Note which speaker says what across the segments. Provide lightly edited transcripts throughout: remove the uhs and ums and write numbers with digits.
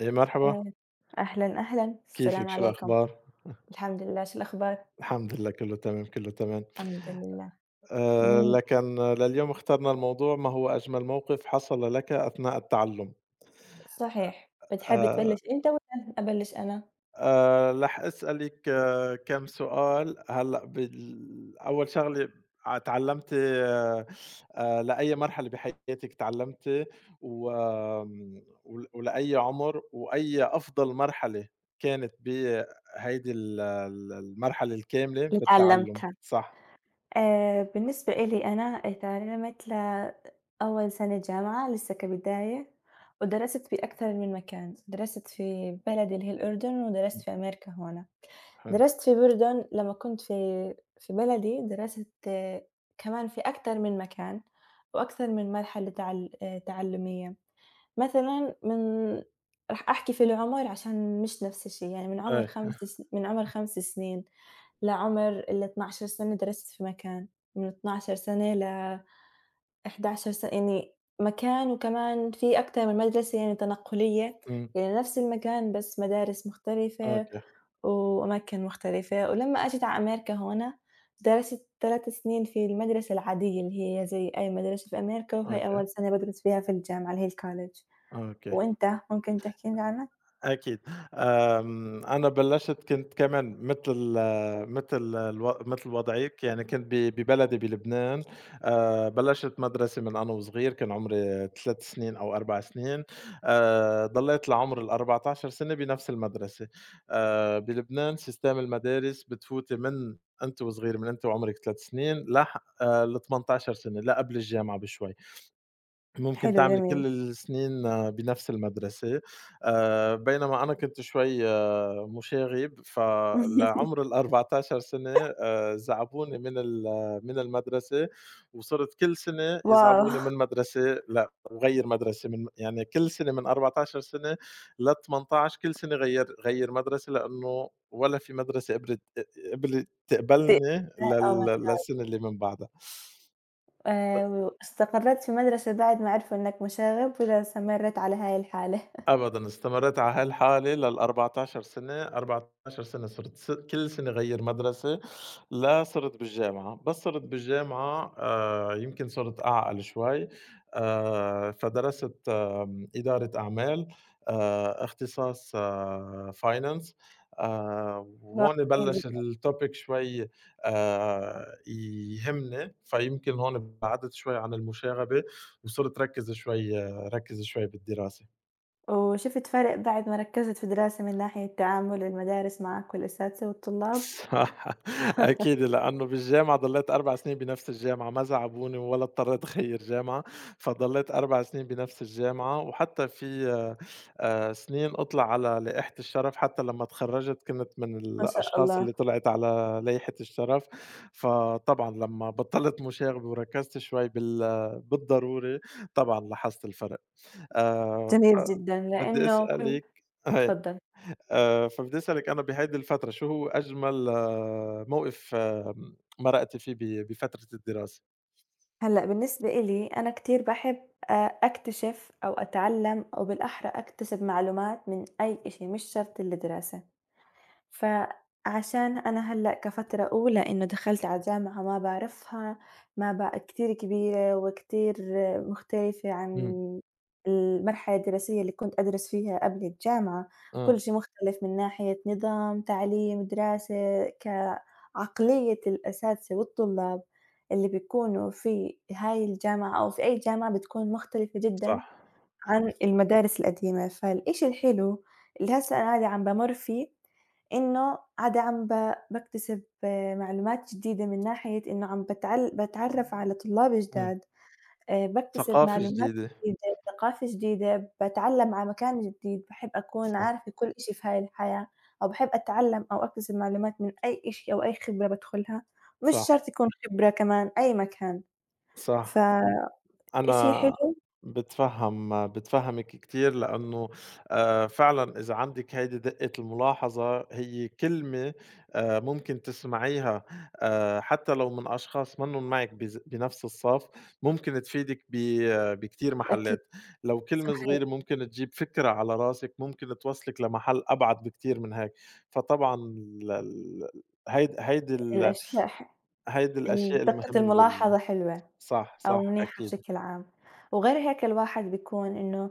Speaker 1: إي مرحبا،
Speaker 2: آآ أهلًا، أهلًا، السلام
Speaker 1: كيفك؟ شو
Speaker 2: عليكم،
Speaker 1: الأخبار؟
Speaker 2: الحمد لله، شو الأخبار؟
Speaker 1: الحمد لله كله تمام، كله تمام.
Speaker 2: الحمد لله. إمم،
Speaker 1: لكن لليوم اخترنا الموضوع: ما هو أجمل موقف حصل لك أثناء التعلم؟
Speaker 2: صحيح، بتحب تبلّش أنت والّا أبلّش أنا؟
Speaker 1: راح أسألِك كام سؤال هلأ. أول شغلة، ع تعلمتِ لأي مرحلة بحياتِك تعلمتِ؟ وآمم ول ولأي عمر؟ وأي أفضل مرحلة كانت بهيدي ال ال المرحلة الكاملة
Speaker 2: اللي
Speaker 1: بالتعلم؟
Speaker 2: اتعلمتها.
Speaker 1: صح.
Speaker 2: بالنسبة إلي أنا اتعلمت لأول سنة جامعة لسه كبداية، ودرست في أكثر من مكان، درست في بلدي اللي هي الأردن، ودرست
Speaker 1: امم،
Speaker 2: في أمريكا هنا.
Speaker 1: حلو.
Speaker 2: درست في الأردن لمّا كنت في بلدي درست، كمان في أكتر من مكان، وأكثر من مرحلة تعلُّمية. مثلًا راح أحكي في العمر عشان مش نفس الشي، يعني من عمر 5
Speaker 1: أي،
Speaker 2: س من عمر 5 سنين لعمر ال12 سنة درست في مكان، من 12 سنة ل11 سنة يعني مكان وكمان في أكتر من مدرسة يعني تنقلية،
Speaker 1: إمم،
Speaker 2: يعني نفس المكان بس مدارس مختلفة
Speaker 1: أوكي،
Speaker 2: وأماكن مختلفة، ولمّا أجيت على أمريكا هون درست 3 سنين في المدرسة العادية اللي هي زي أي مدرسة في أمريكا، وهي
Speaker 1: أوكي،
Speaker 2: أول سنة بادرس فيها في الجامعة اللي هي الcollege.
Speaker 1: أوكي،
Speaker 2: وأنت ممكن تحكي لي عنها؟
Speaker 1: أكيد. أنا بلّشت، كنت كمان متل وضعِك، يعني كنت ببلدي بلبنان. بلّشت مدرسة من أنا وصغير، كان عمري 3 سنين أو 4 سنين. ضليت لعمر ال14 سنة بنفس المدرسة. بلبنان سيستم المدارس بتفوتي من أنتِ وصغيرة، من أنتِ وعمرِك 3 سنين لح ل18 سنة، لقبل الجامعة بشوي. ممكن
Speaker 2: حلو
Speaker 1: تعمل
Speaker 2: جميل.
Speaker 1: كل السنين بنفس المدرسة. بينما أنا كنت شوي مشاغب، فلعمر ال14 سنة زعبوني من المدرسة، وصرت كل سنة
Speaker 2: واو!
Speaker 1: يزعبوني من مدرسة لأ وغيّر مدرسة، من يعني كل سنة من 14 سنة ل18، كل سنة غيّر مدرسة، لإنه ولا في مدرسة قبلت
Speaker 2: ت
Speaker 1: تقبلني
Speaker 2: آه م
Speaker 1: للسنة اللي من بعدها.
Speaker 2: استقرّيت في مدرسة بعد ما عرفوا إنّك مشاغب والّا استمرّيت على هاي الحالة؟
Speaker 1: أبدًا، استمرّيت على هالحالة لل14 سنة، 14 سنة صرت كل سنة غيّر مدرسة لصرت بالجامعة. بس صرت بالجامعة يمكن صرت أعقل شوي. فدرست إدارة أعمال، اختصاص finance.
Speaker 2: واو
Speaker 1: وهون
Speaker 2: جميل
Speaker 1: بلّش
Speaker 2: جدًا.
Speaker 1: الtopic شوي يهمني، فيمكن هون بعدت شوي عن المشاغبة، وصرت ركّز شوي بالدراسة.
Speaker 2: وشُفت فرق بعد ما ركّزت في الدراسة من ناحية تعامل المدارس معك والأساتذة والطلاب؟
Speaker 1: صح. أكيد، لأنه بالجامعة ضليت 4 سنين بنفس الجامعة، ما زعّبوني ولا اضطريت أغيّر جامعة، فضليت 4 سنين بنفس الجامعة، وحتى في سنين أطلع على لائحة الشرف. حتى لمّا اتخرّجت كنت من
Speaker 2: ما شاء
Speaker 1: الأشخاص
Speaker 2: الله،
Speaker 1: اللي طلعت على لائحة الشرف. فطبعًا لمّا بطّلت مشاغبة وركّزت شوي بالضروري، طبعًا لاحظت الفرق.
Speaker 2: جميل
Speaker 1: ف
Speaker 2: جدًا،
Speaker 1: بدّي
Speaker 2: لإنه كل
Speaker 1: أسألِك.
Speaker 2: اتفضّل.
Speaker 1: فبدي أسألِك: أنا بهيدي الفترة شو هو أجمل موقف مرقتِ فيه بفترة الدراسة؟
Speaker 2: هلأ بالنسبة إلي أنا كتير باحب أكتشف أو أتعلّم أو بالأحرى أكتسب معلومات من أي إشي مش شرط الدراسة. فعشان أنا هلأ كفترة أولى إنه دخلت على جامعة ما باعرفها، ما بقى كتير كبيرة وكتير مختلفة
Speaker 1: إمم،
Speaker 2: عن المرحلة الدراسية اللي كنت أدرس فيها قبل الجامعة، كل
Speaker 1: آه،
Speaker 2: شي مختلف من ناحية نظام، تعليم، دراسة، كعقلية الأساتذة والطلاب اللي بيكونوا في هاي الجامعة أو في أي جامعة بتكون مختلفة
Speaker 1: صح،
Speaker 2: جدًا عن المدارس القديمة، فالإشي الحلو اللي هسّه أنا عادي عم بامُر فيه، إنه عادي عم ب باكتسب معلومات جديدة من ناحية إنه عم باتعل باتعرّف على طلاب
Speaker 1: إمم،
Speaker 2: جداد، باكتسب
Speaker 1: ثقافة
Speaker 2: معلومات
Speaker 1: جديدة،
Speaker 2: جديدة، ثقافة جديدة، باتعلّم على مكان جديد، باحب أكون
Speaker 1: صح،
Speaker 2: عارفة كل إشي في هاي الحياة، أو باحب أتعلّم أو أكتسب معلومات من أي إشي أو أي خبرة بادخلها، مش
Speaker 1: صح،
Speaker 2: شرط يكون خبرة كمان أي مكان،
Speaker 1: صح.
Speaker 2: فإشي
Speaker 1: أنا
Speaker 2: حلو
Speaker 1: باتفهّمِك كتير، لإنه فعلًا إذا عندِك هيدي دِقّة الملاحظة، هي كلمة ممكن تسمعيها حتى لو من أشخاص منّن معِك بنفس الصف، ممكن تفيدِك ب آه، بكتير
Speaker 2: أكيد
Speaker 1: محلات. لو كلمة
Speaker 2: صحيح،
Speaker 1: صغيرة ممكن تجيب فكرة على راسِك، ممكن توصّلِك لمحل أبعد بكتير من هيك. فطبعًا ال ال هيد هيدي ال
Speaker 2: الأشياء ح
Speaker 1: هيدي
Speaker 2: إن
Speaker 1: الأشياء
Speaker 2: دقة
Speaker 1: المهمة.
Speaker 2: الملاحظة حلوة
Speaker 1: صح،
Speaker 2: أو
Speaker 1: صح،
Speaker 2: منيحة
Speaker 1: أكيد.
Speaker 2: بشكل عام، وغير هيك الواحد بيكون إنه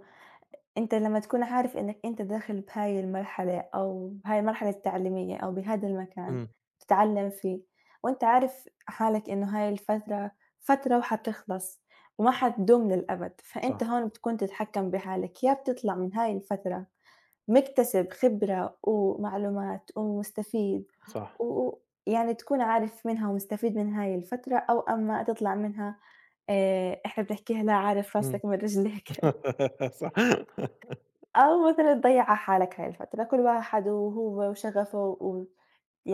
Speaker 2: أنت لمّا تكون عارف إنك أنت داخل بهاي المرحلة أو بهاي المرحلة التعليمية أو بهذا المكان
Speaker 1: إمم،
Speaker 2: تتعلم فيه، وأنت عارف حالك إنه هاي الفترة فترة وحتخلص وما حتدوم للأبد،
Speaker 1: صح.
Speaker 2: فأنت هون بتكون تتحكم بحالك، يا بتطلع من هاي الفترة مكتسب خبرة ومعلومات ومستفيد
Speaker 1: صح،
Speaker 2: و ويعني تكون عارف منها ومستفيد من هاي الفترة أو أمّا تطلع منها إحنا بنحكيها لا عارف
Speaker 1: إمم.
Speaker 2: راسك من رجليك.
Speaker 1: صح،
Speaker 2: أو مثلًا تضيّعي حالك هاي الفترة، كل واحد وهو وشغفه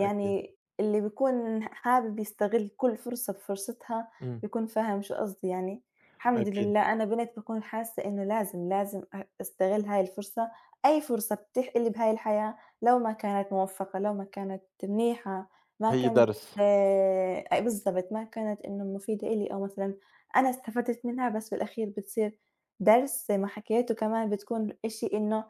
Speaker 1: أكيد،
Speaker 2: اللي بيكون حابب يستغل كل فرصة بفرصتها
Speaker 1: إمم،
Speaker 2: بيكون فاهم شو قصدي يعني، الحمد
Speaker 1: أكيد.
Speaker 2: لله أنا بنت بكون حاسة إنه لازم، لازم أستغل هاي الفرصة، أي فرصة بتتيح إلي بهاي الحياة لو ما كانت موفقة، لو ما كانت منيحة، ما
Speaker 1: هي
Speaker 2: كانت
Speaker 1: درس،
Speaker 2: أ بالضبط، ما كانت إنه مفيدة إلي أو مثلًا أنا استفدت منها بس بالأخير بتصير درس محاكياته كمان بتكون إشي إنه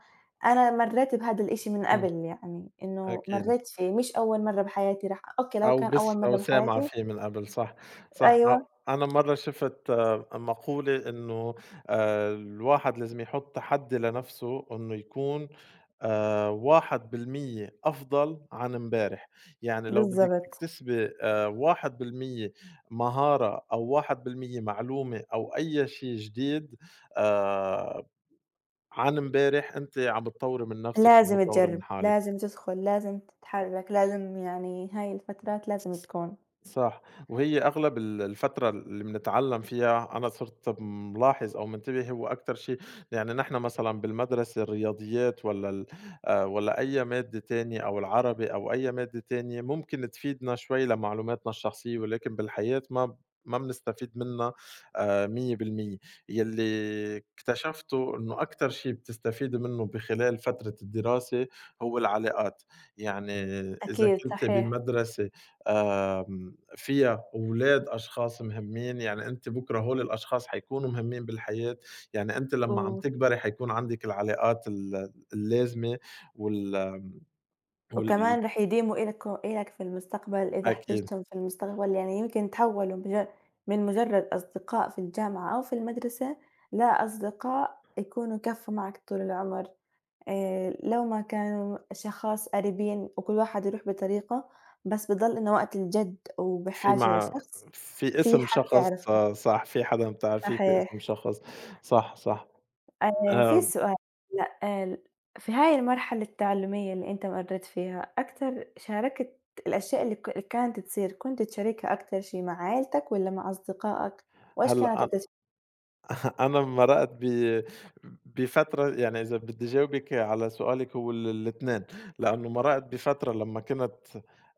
Speaker 2: أنا مرّيت بهذا الإشي من
Speaker 1: إمم،
Speaker 2: قبل يعني، إنه
Speaker 1: أكيد.
Speaker 2: مرّيت فيه مش أول مرّة بحياتي راح أوكي لو كان أول
Speaker 1: أو
Speaker 2: مرّة
Speaker 1: سامعة
Speaker 2: بحياتي
Speaker 1: فيه من قبل، صح، صح.
Speaker 2: أيوه،
Speaker 1: أو أنا مرّة شِفت مقولة إنه الواحد لازم يحُط تحدّي لنَفْسه إنه يكون 1% أفضل عن امبارح. يعني لو بدِّك
Speaker 2: بالضبط.
Speaker 1: تكتسبي 1% مهارة، أو 1% معلومة، أو أي شي جديد آآ عن امبارح، أنتِ عم تطوّري من نفسِك وعم
Speaker 2: لازم
Speaker 1: تطوّري من
Speaker 2: تجرّب،
Speaker 1: حالِك.
Speaker 2: لازم تدخل، لازم تتحرّك، لازم يعني هاي الفترات لازم تكون.
Speaker 1: صح، وهي أغلب الفترة اللي بنتعلّم فيها أنا صرت ملاحظ أو منتبه هو أكتر شي. يعني نحن مثلًا بالمدرسة الرياضيات والّا ال والّا أي مادة تانية، أو العربي، أو أي مادة تانية ممكن تفيدنا شوي لمعلوماتنا الشخصية، ولكن بالحياة ما بنستفيد منّا 100%. يلّي اكتشفته إنه أكتر شي بتستفيدي منّه بخلال فترة الدراسة هو العلاقات. يعني إذا
Speaker 2: أكيد
Speaker 1: كنتِ
Speaker 2: صحيح.
Speaker 1: بمدرسة آمم فيها ولاد أشخاص مهمّين، يعني أنتِ بُكرة هول الأشخاص حيكونوا مهمّين بالحياة. يعني أنتِ لمّا عم
Speaker 2: و
Speaker 1: تكبري حيكون عندِك العلاقات اللازمة وال وال
Speaker 2: وكمان راح يديموا إلك في المستقبل إذا
Speaker 1: أكيد،
Speaker 2: احتجتم في المستقبل، يعني يمكن تحولوا مج من مجرد أصدقاء في الجامعة أو في المدرسة لأصدقاء يكونوا كفّوا معك طول العمر، لو ما كانوا أشخاص قريبين وكل واحد يروح بطريقة، بس بضل إنه وقت الجد
Speaker 1: في
Speaker 2: وبحاجة
Speaker 1: مع
Speaker 2: لشخص
Speaker 1: في
Speaker 2: في
Speaker 1: اسم
Speaker 2: حد
Speaker 1: شخص
Speaker 2: تعرفه،
Speaker 1: صح، في حدا بتعرفيه، في
Speaker 2: صحيح.
Speaker 1: اسم شخص، صح، صح.
Speaker 2: في
Speaker 1: آآ
Speaker 2: سؤال، لأ ال في هاي المرحلة التعلمية اللي أنت مرّيت فيها، أكتر شاركت الأشياء اللي كانت تصير، كنت تشاركها أكتر شي مع عيلتك والّا مع أصدقائك؟ وإيش كانت
Speaker 1: هلأ
Speaker 2: التس
Speaker 1: أنا مرّقت بفترة، يعني إذا بدّي جاوبِك على سؤالِك هو الاتنين، لإنه مرّقت بفترة لمّا كنت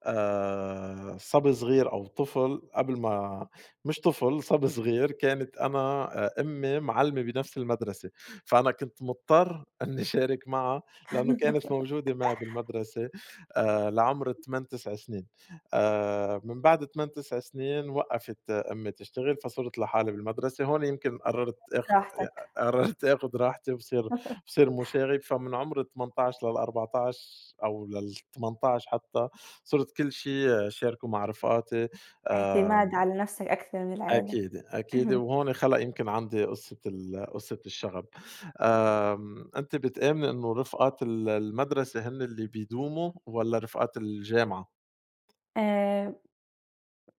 Speaker 1: صبي صغير أو طفل، قبل ما مش طفل، صبي صغير. كانت أنا أمي معلمة بنفس المدرسة، فأنا كنت مضطر إنّي شارك معها لإنه كانت موجودة معي بالمدرسة لعمر 8، 9 سنين. من بعد 8، 9 سنين وقّفت أمي تشتغل، فصُرت لحالي بالمدرسة. هون يمكن
Speaker 2: راحتك؟
Speaker 1: قرّرت آخُد راحتي وصير مُشاغب. فمن عُمر 18 لل14، أو لل18 حتّى، صُرت كل شي شاركه مع رفقاتي.
Speaker 2: اعتماد
Speaker 1: آمم،
Speaker 2: على نفسك أكثر من العيلة.
Speaker 1: أكيد، أكيد،
Speaker 2: اهم.
Speaker 1: وهون خَلَق يمكن عندي قصّة قصّة الشغب. أنتِ بتآمني إنه رفقات المدرسة هن اللي بيدوموا والّا رفقات الجامعة؟
Speaker 2: آآ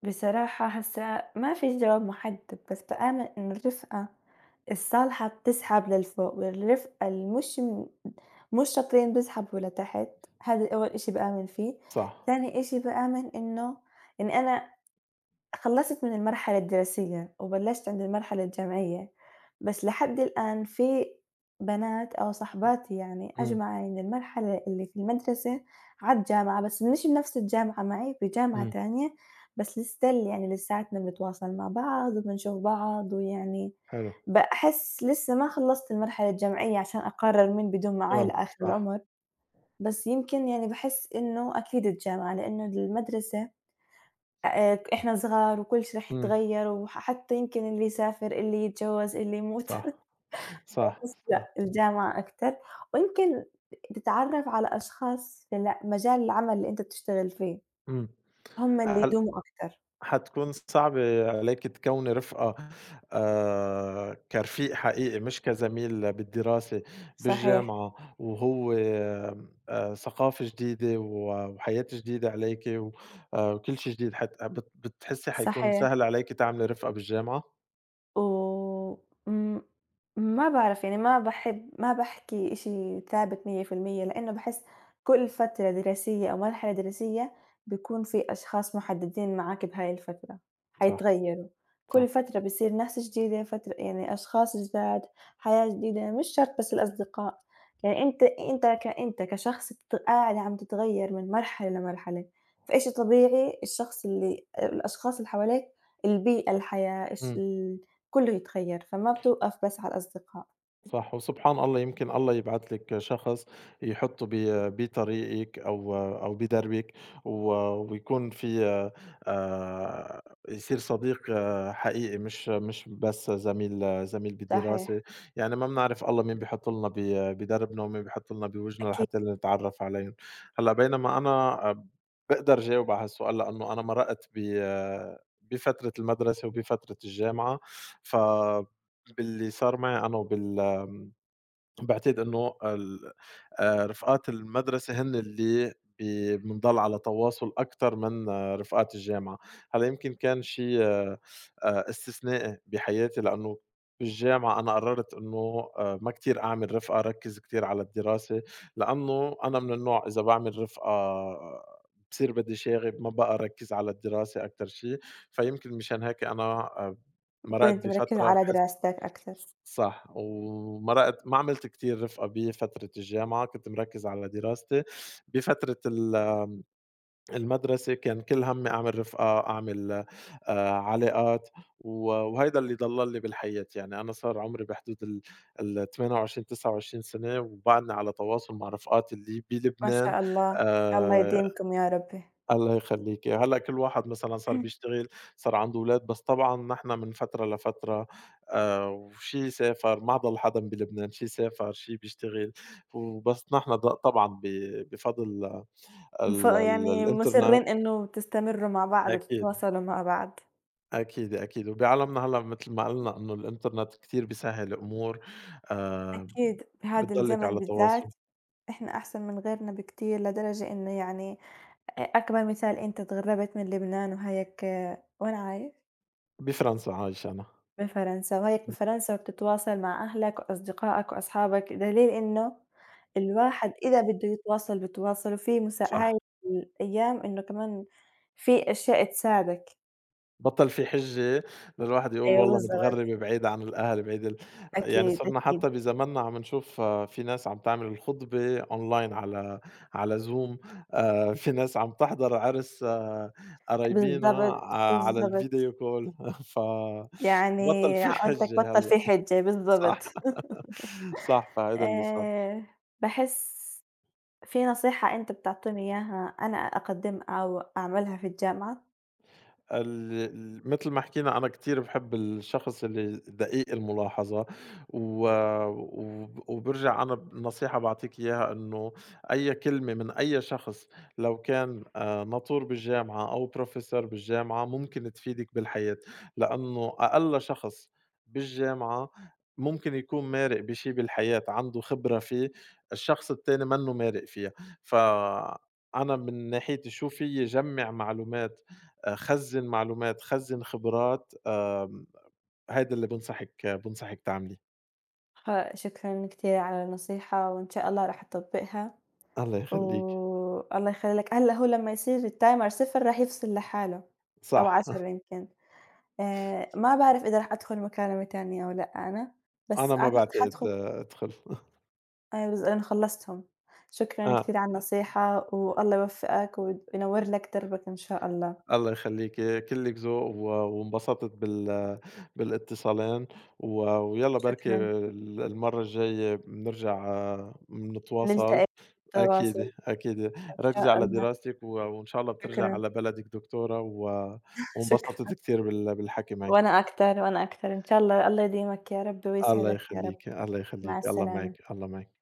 Speaker 2: بصراحة هسه ما فيش جواب محدد، بس بآمن إنه الرفقة الصالحة بتسحب للفوق، والرفقة اللي مش شاطرين بيسحبوا لتحت، هذا أول إشي بآمن فيه،
Speaker 1: صح.
Speaker 2: تاني إشي بآمن إنه إني أنا خلّصت من المرحلة الدراسية وبلّشت عند المرحلة الجامعية، بس لحد الآن في بنات أو صاحباتي يعني
Speaker 1: إمم،
Speaker 2: أجمعي من المرحلة اللي في المدرسة على الجامعة، بس مش بنفس الجامعة معي بجامعة
Speaker 1: إمم.
Speaker 2: تانية، بس still يعني لساتنا بنتواصل مع بعض وبنشوف بعض ويعني
Speaker 1: حلو،
Speaker 2: باحس لسه ما خلّصت المرحلة الجامعية عشان أقرر مين بيدوم معاي
Speaker 1: آه،
Speaker 2: لآخر
Speaker 1: صح،
Speaker 2: العمر، بس يمكن يعني باحس إنه أكيد الجامعة لإنه المدرسة إحنا صغار وكل شي راح
Speaker 1: إمم،
Speaker 2: يتغيّر حتى يمكن اللي يسافر، اللي يتجوّز، اللي يموت،
Speaker 1: صح، صح،
Speaker 2: بس
Speaker 1: صح،
Speaker 2: لأ، الجامعة أكتر ويمكن تتعرّف على أشخاص في مجال العمل اللي أنت بتشتغل فيه،
Speaker 1: إمم.
Speaker 2: هم اللي
Speaker 1: هل
Speaker 2: يدوموا أكتر.
Speaker 1: حتكون صعبة عليكِ تكوّني رفقة كرفيق حقيقي مش كزميل بالدراسة
Speaker 2: صحيح،
Speaker 1: بالجامعة؟ وهو آمم، ثقافة جديدة، و وحياة جديدة عليكِ و وكل شي جديد، حت بت بتحسّي حيكون
Speaker 2: صحيح.
Speaker 1: سهل عليكِ تعملي رفقة بالجامعة؟
Speaker 2: وم ما باعرف يعني ما باحب ما باحكي إشي ثابت 100% لإنه باحس كل فترة دراسية أو مرحلة دراسية بيكون في أشخاص محددين معاك بهاي الفترة،
Speaker 1: صح،
Speaker 2: حيتغيّروا، كل
Speaker 1: صح،
Speaker 2: فترة بيصير ناس جديدة فترة يعني أشخاص جداد، حياة جديدة مش شرط بس الأصدقاء، يعني أنت كشخص قاعد عم تتغيّر من مرحلة لمرحلة، فإشي طبيعي الشخص اللي الأشخاص اللي حواليك، البيئة، الحياة، الش
Speaker 1: إمم.
Speaker 2: ال كلّه يتغيّر، فما بتوقف بس على الأصدقاء.
Speaker 1: صح، وسبحان الله يمكن الله يبعت لِك شخص يحطّه بطريقِك أو بدربِك، و ويكون في آآ يصير صديق حقيقي، مش بس زميل بالدراسة.
Speaker 2: صحيح.
Speaker 1: يعني ما بنعرف الله مين بيحط لنا بدربنا ومين بيحط لنا بوجنا
Speaker 2: أكيد،
Speaker 1: لحتى نتعرّف عليهم. هلأ بينما أنا باقدر جاوب على هالسؤال، لإنه أنا مرّقت بفترة المدرسة وبفترة الجامعة. فباللي صار معي أنا باعتقد إنه رفقات المدرسة هن اللي بنضل على تواصل أكتر من رفقات الجامعة. هلأ يمكن كان شي استثنائي بحياتي، لإنه بالجامعة أنا قررت إنه ما كتير أعمل رفقة، ركّز كتير على الدراسة، لإنه أنا من النوع إذا باعمل رفقة بصير بدي شاغب ما بقى ركّز على الدراسة أكتر شي. فيمكن مشان هيك أنا مرّقت
Speaker 2: كنت مركّزة
Speaker 1: بفترة
Speaker 2: على
Speaker 1: باحس.
Speaker 2: دراستك أكتر،
Speaker 1: صح، وما رأت ما عملت كتير رِفقة بفترة الجامعة، كنت مركّز على دراستي. بفترة المدرسة كان كل هَمّي أعمل رِفقة، أعمل علاقات، وهيدا اللي ضَلّل لي بالحياة. يعني أنا صار عمري بحدود ال28، 29 سَنة وبعدني على تواصل مع رفقاتي اللي
Speaker 2: ما
Speaker 1: بلبنان.
Speaker 2: شاء الله، الله
Speaker 1: آآ
Speaker 2: يديمكم يا ربي.
Speaker 1: الله يخلّيكِ. هلّأ كل واحد مثلًا صار بيشتغل، صار عنده ولاد. بس طبعًا نحن من فترة لفترة وشي سافر، ما ضل حدا بلبنان، شي سافر، شي بيشتغل. وبس نحن طبعًا بفضل ال ال
Speaker 2: يعني
Speaker 1: الإنترنت.
Speaker 2: مُصرّين إنه تستمرّوا مع بعض
Speaker 1: أكيد،
Speaker 2: وتتواصلوا مع بعض.
Speaker 1: أكيد، أكيد. وبعالمنا هلّأ متل ما قلنا إنه الإنترنت كتير بيسهّل أمور. آآ
Speaker 2: أكيد، بهذا
Speaker 1: بتضلِّك
Speaker 2: الزمن
Speaker 1: على تواصل.
Speaker 2: بالذات إحنا أحسن من غيرنا بكتير لدرجة إنه يعني أكبر مثال أنت تغرّبت من لبنان وهيك وين عايش؟
Speaker 1: بفرنسا عايش أنا.
Speaker 2: بفرنسا، وهيك بفرنسا بتتواصل مع أهلك وأصدقائك وأصحابك، دليل إنه الواحد إذا بده يتواصل بتواصل، وفي مسا
Speaker 1: صح.
Speaker 2: هاي الأيام إنه كمان في أشياء تساعدك.
Speaker 1: بطّل في حِجّة للواحد يقول
Speaker 2: أيوه
Speaker 1: والله
Speaker 2: بالضبط،
Speaker 1: متغرّبة بعيد عن الأهل، بعيد. يعني
Speaker 2: أكيد،
Speaker 1: صرنا
Speaker 2: أكيد،
Speaker 1: حتى بزماننا عم نشوف في ناس عم تعمل الخطبة online على Zoom. في ناس عم تحضر عرس قرايبينا
Speaker 2: بالضبط،
Speaker 1: على
Speaker 2: بالضبط،
Speaker 1: الvideo call
Speaker 2: يعني
Speaker 1: بطّل في
Speaker 2: عقلتك
Speaker 1: حِجّة
Speaker 2: بطّل
Speaker 1: هلّأ.
Speaker 2: في حِجة،
Speaker 1: صح،
Speaker 2: بالضبط.
Speaker 1: صح، فهيدا اللي صار.
Speaker 2: آآ باحس في نصيحة أنت بتعطيني إياها أنا أقدّمها أو أعملها في الجامعة؟
Speaker 1: ال ال متل ما حكينا أنا كتير باحب الشخص اللي دقيق الملاحظة، و وب وبارجع أنا بنصيحة باعطيك إياها إنه أي كلمة من أي شخص، لو كان ناطور بالجامعة أو professor بالجامعة، ممكن تفيدك بالحياة، لأنه أقل شخص بالجامعة ممكن يكون مارق بشي بالحياة، عنده خبرة فيه، الشخص التاني منّه مارق فيها. فأنا من ناحيتي شو فيي جمّع معلومات، خزّن معلومات، خزّن خبرات. هيدا اللي بانصحِك تعمليه.
Speaker 2: شكرًا كتير على النصيحة، وإن شاء الله راح أطبّقها،
Speaker 1: الله يخلّيكِ.
Speaker 2: والله يخلّي لك هلّا هو لمّا يصير الtimer 0 راح يفصل لحاله أو
Speaker 1: صح.
Speaker 2: 10 يمكن، ما باعرف إذا راح أدخل مكالمة تانية أو لأ أنا،
Speaker 1: أنا
Speaker 2: بس
Speaker 1: ما
Speaker 2: أعتقد
Speaker 1: باعتقد
Speaker 2: حادخل
Speaker 1: أدخل.
Speaker 2: أيوه لإنه خلّصتهم، شكرًا
Speaker 1: آه،
Speaker 2: كتير على النصيحة، والله يوفقك وينوّر لك دربك إن شاء الله،
Speaker 1: الله يخلّيكِ، كِلِّك ذوق، وانبسطت بالاتصالين، ويالّا بركي
Speaker 2: شكرًا،
Speaker 1: المرّة الجاية بنرجع بنتواصل.
Speaker 2: نلتقي بالتواصل
Speaker 1: أكيد، أكيد.
Speaker 2: إن
Speaker 1: ركّزي
Speaker 2: شاء
Speaker 1: على
Speaker 2: الله،
Speaker 1: دراستِك، وإن شاء الله بترجعي
Speaker 2: شكرًا،
Speaker 1: على بلدِك دكتورة،
Speaker 2: شكرًا،
Speaker 1: وانبسطت كتير بالحكي معِك.
Speaker 2: وأنا أكتر، وأنا أكتر، إن شاء الله الله يديمك يا رب
Speaker 1: الله
Speaker 2: ويسعدك يا رب.
Speaker 1: يخلّيكِ، الله
Speaker 2: مع
Speaker 1: يخلّيكِ، الله
Speaker 2: السلامة.
Speaker 1: معاكِ، الله معاكِ.